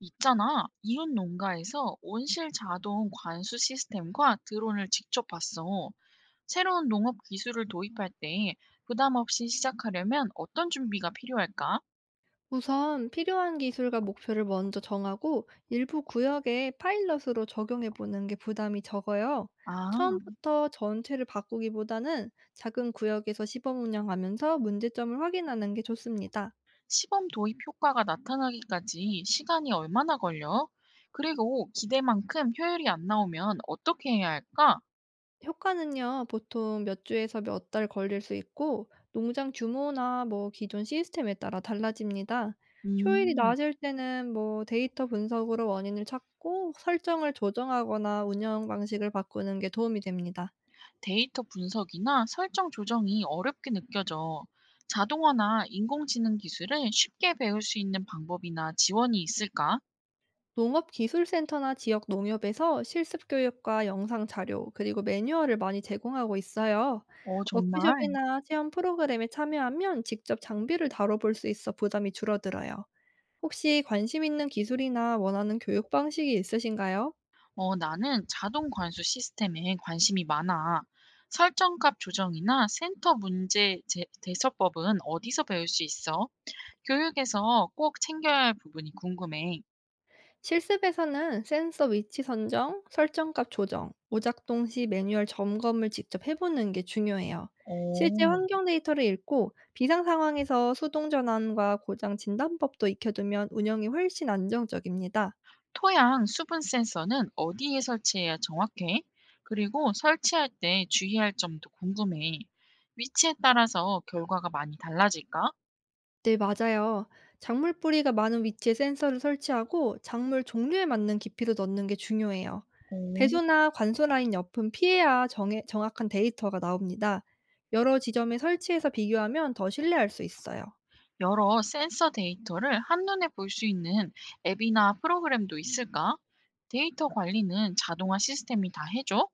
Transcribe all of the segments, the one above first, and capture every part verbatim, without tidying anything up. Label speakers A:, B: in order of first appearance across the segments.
A: 있잖아, 이웃 농가에서 온실 자동 관수 시스템과 드론을 직접 봤어. 새로운 농업 기술을 도입할 때 부담 없이 시작하려면 어떤 준비가 필요할까?
B: 우선 필요한 기술과 목표를 먼저 정하고 일부 구역에 파일럿으로 적용해 보는 게 부담이 적어요.
A: 아,
B: 처음부터 전체를 바꾸기보다는 작은 구역에서 시범 운영하면서 문제점을 확인하는 게 좋습니다.
A: 시범 도입 효과가 나타나기까지 시간이 얼마나 걸려? 그리고 기대만큼 효율이 안 나오면 어떻게 해야 할까?
B: 효과는요, 보통 몇 주에서 몇 달 걸릴 수 있고, 농장 규모나 뭐 기존 시스템에 따라 달라집니다. 효율이
A: 음.
B: 낮을 때는 뭐 데이터 분석으로 원인을 찾고 설정을 조정하거나 운영 방식을 바꾸는 게 도움이 됩니다.
A: 데이터 분석이나 설정 조정이 어렵게 느껴져 자동화나 인공지능 기술을 쉽게 배울 수 있는 방법이나 지원이 있을까?
B: 농업기술센터나 지역 농협에서 실습 교육과 영상 자료, 그리고 매뉴얼을 많이 제공하고 있어요.
A: 어, 정말.
B: 워크숍이나 체험 프로그램에 참여하면 직접 장비를 다뤄볼 수 있어 부담이 줄어들어요. 혹시 관심 있는 기술이나 원하는 교육 방식이 있으신가요?
A: 어, 나는 자동 관수 시스템에 관심이 많아. 설정값 조정이나 센터 문제 제- 대처법은 어디서 배울 수 있어? 교육에서 꼭 챙겨야 할 부분이 궁금해.
B: 실습에서는 센서 위치 선정, 설정값 조정, 오작동 시 매뉴얼 점검을 직접 해보는 게 중요해요.
A: 어,
B: 실제 환경 데이터를 읽고 비상 상황에서 수동 전환과 고장 진단법도 익혀두면 운영이 훨씬 안정적입니다.
A: 토양 수분 센서는 어디에 설치해야 정확해? 그리고 설치할 때 주의할 점도 궁금해. 위치에 따라서 결과가 많이 달라질까?
B: 네, 맞아요. 작물 뿌리가 많은 위치에 센서를 설치하고 작물 종류에 맞는 깊이로 넣는 게 중요해요.
A: 오,
B: 배수나 관수 라인 옆은 피해야 정해- 정확한 데이터가 나옵니다. 여러 지점에 설치해서 비교하면 더 신뢰할 수 있어요.
A: 여러 센서 데이터를 한눈에 볼 수 있는 앱이나 프로그램도 있을까? 데이터 관리는 자동화 시스템이 다 해줘?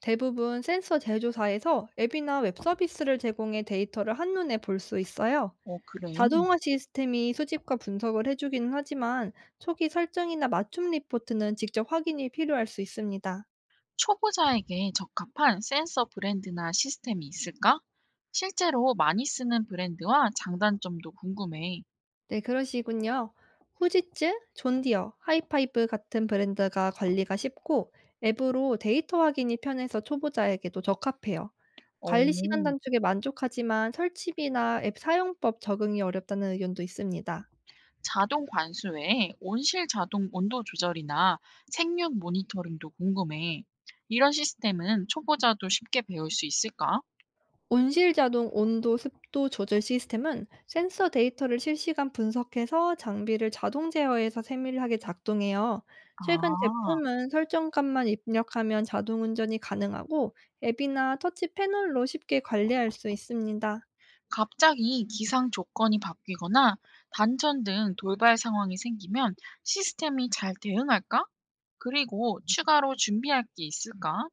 B: 대부분 센서 제조사에서 앱이나 웹 서비스를 제공해 데이터를 한눈에 볼 수 있어요.
A: 어, 그래.
B: 자동화 시스템이 수집과 분석을 해주기는 하지만 초기 설정이나 맞춤 리포트는 직접 확인이 필요할 수 있습니다.
A: 초보자에게 적합한 센서 브랜드나 시스템이 있을까? 실제로 많이 쓰는 브랜드와 장단점도 궁금해.
B: 네, 그러시군요. 후지츠, 존디어, 하이파이브 같은 브랜드가 관리가 쉽고 앱으로 데이터 확인이 편해서 초보자에게도 적합해요. 관리 시간
A: 오.
B: 단축에 만족하지만 설치비나 앱 사용법 적응이 어렵다는 의견도 있습니다.
A: 자동 관수 외에 온실 자동 온도 조절이나 생육 모니터링도 궁금해. 이런 시스템은 초보자도 쉽게 배울 수 있을까?
B: 온실 자동 온도 습도 조절 시스템은 센서 데이터를 실시간 분석해서 장비를 자동 제어해서 세밀하게 작동해요. 최근
A: 아,
B: 제품은 설정값만 입력하면 자동 운전이 가능하고 앱이나 터치 패널로 쉽게 관리할 수 있습니다.
A: 갑자기 기상 조건이 바뀌거나 단전 등 돌발 상황이 생기면 시스템이 잘 대응할까? 그리고 추가로 준비할 게 있을까?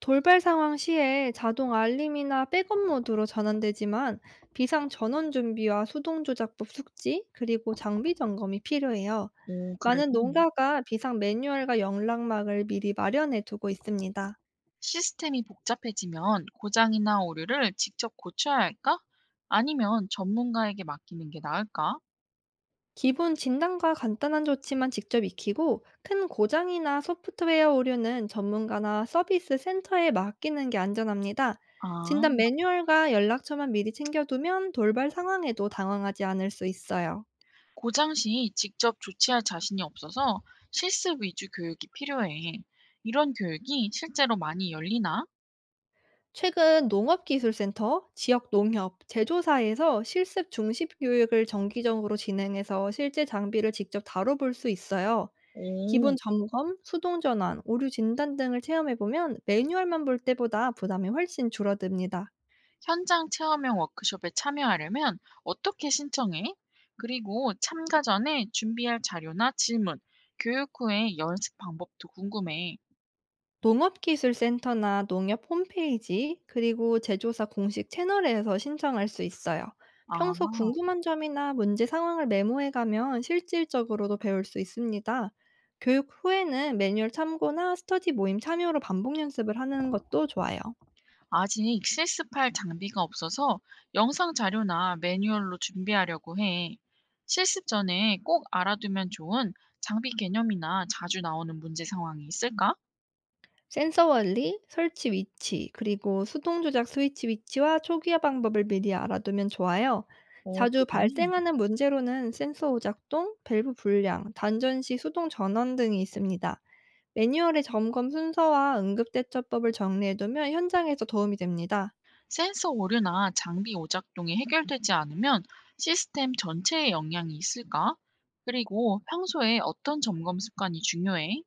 B: 돌발 상황 시에 자동 알림이나 백업 모드로 전환되지만 비상 전원 준비와 수동 조작법 숙지 그리고 장비 점검이 필요해요.
A: 오, 그래.
B: 많은 농가가 비상 매뉴얼과 연락망을 미리 마련해 두고 있습니다.
A: 시스템이 복잡해지면 고장이나 오류를 직접 고쳐야 할까? 아니면 전문가에게 맡기는 게 나을까?
B: 기본 진단과 간단한 조치만 직접 익히고 큰 고장이나 소프트웨어 오류는 전문가나 서비스 센터에 맡기는 게 안전합니다.
A: 아,
B: 진단 매뉴얼과 연락처만 미리 챙겨두면 돌발 상황에도 당황하지 않을 수 있어요.
A: 고장 시 직접 조치할 자신이 없어서 실습 위주 교육이 필요해. 이런 교육이 실제로 많이 열리나?
B: 최근 농업기술센터, 지역농협, 제조사에서 실습 중심 교육을 정기적으로 진행해서 실제 장비를 직접 다뤄볼 수 있어요. 기본
A: 오,
B: 점검, 수동 전환, 오류 진단 등을 체험해보면 매뉴얼만 볼 때보다 부담이 훨씬 줄어듭니다.
A: 현장 체험형 워크숍에 참여하려면 어떻게 신청해? 그리고 참가 전에 준비할 자료나 질문, 교육 후의 연습 방법도 궁금해.
B: 농업기술센터나 농협 홈페이지 그리고 제조사 공식 채널에서 신청할 수 있어요.
A: 아,
B: 평소 궁금한 점이나 문제 상황을 메모해 가면 실질적으로도 배울 수 있습니다. 교육 후에는 매뉴얼 참고나 스터디 모임 참여로 반복 연습을 하는 것도 좋아요.
A: 아직 실습할 장비가 없어서 영상 자료나 매뉴얼로 준비하려고 해. 실습 전에 꼭 알아두면 좋은 장비 개념이나 자주 나오는 문제 상황이 있을까?
B: 센서 원리, 설치 위치, 그리고 수동 조작 스위치 위치와 초기화 방법을 미리 알아두면 좋아요.
A: 어,
B: 자주
A: 그래.
B: 발생하는 문제로는 센서 오작동, 밸브 불량, 단전 시 수동 전원 등이 있습니다. 매뉴얼의 점검 순서와 응급 대처법을 정리해두면 현장에서 도움이 됩니다.
A: 센서 오류나 장비 오작동이 해결되지 않으면 시스템 전체에 영향이 있을까? 그리고 평소에 어떤 점검 습관이 중요해?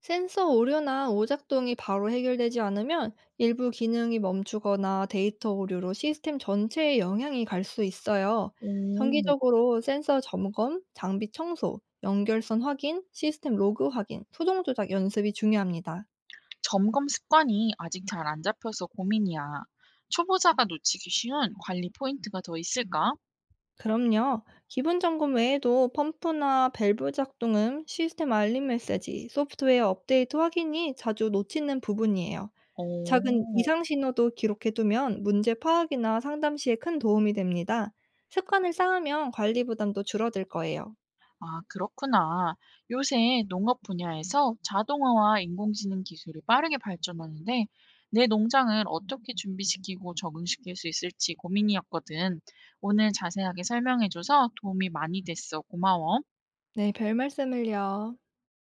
B: 센서 오류나 오작동이 바로 해결되지 않으면 일부 기능이 멈추거나 데이터 오류로 시스템 전체에 영향이 갈 수 있어요.
A: 오,
B: 정기적으로 센서 점검, 장비 청소, 연결선 확인, 시스템 로그 확인, 수동 조작 연습이 중요합니다.
A: 점검 습관이 아직 잘 안 잡혀서 고민이야. 초보자가 놓치기 쉬운 관리 포인트가 더 있을까?
B: 그럼요. 기본 점검 외에도 펌프나 밸브 작동음, 시스템 알림 메시지, 소프트웨어 업데이트 확인이 자주 놓치는 부분이에요. 작은
A: 오,
B: 이상 신호도 기록해 두면 문제 파악이나 상담 시에 큰 도움이 됩니다. 습관을 쌓으면 관리 부담도 줄어들 거예요.
A: 아 그렇구나. 요새 농업 분야에서 자동화와 인공지능 기술이 빠르게 발전하는데 내 농장을 어떻게 준비시키고 적응시킬 수 있을지 고민이었거든. 오늘 자세하게 설명해줘서 도움이 많이 됐어. 고마워.
B: 네, 별 말씀을요.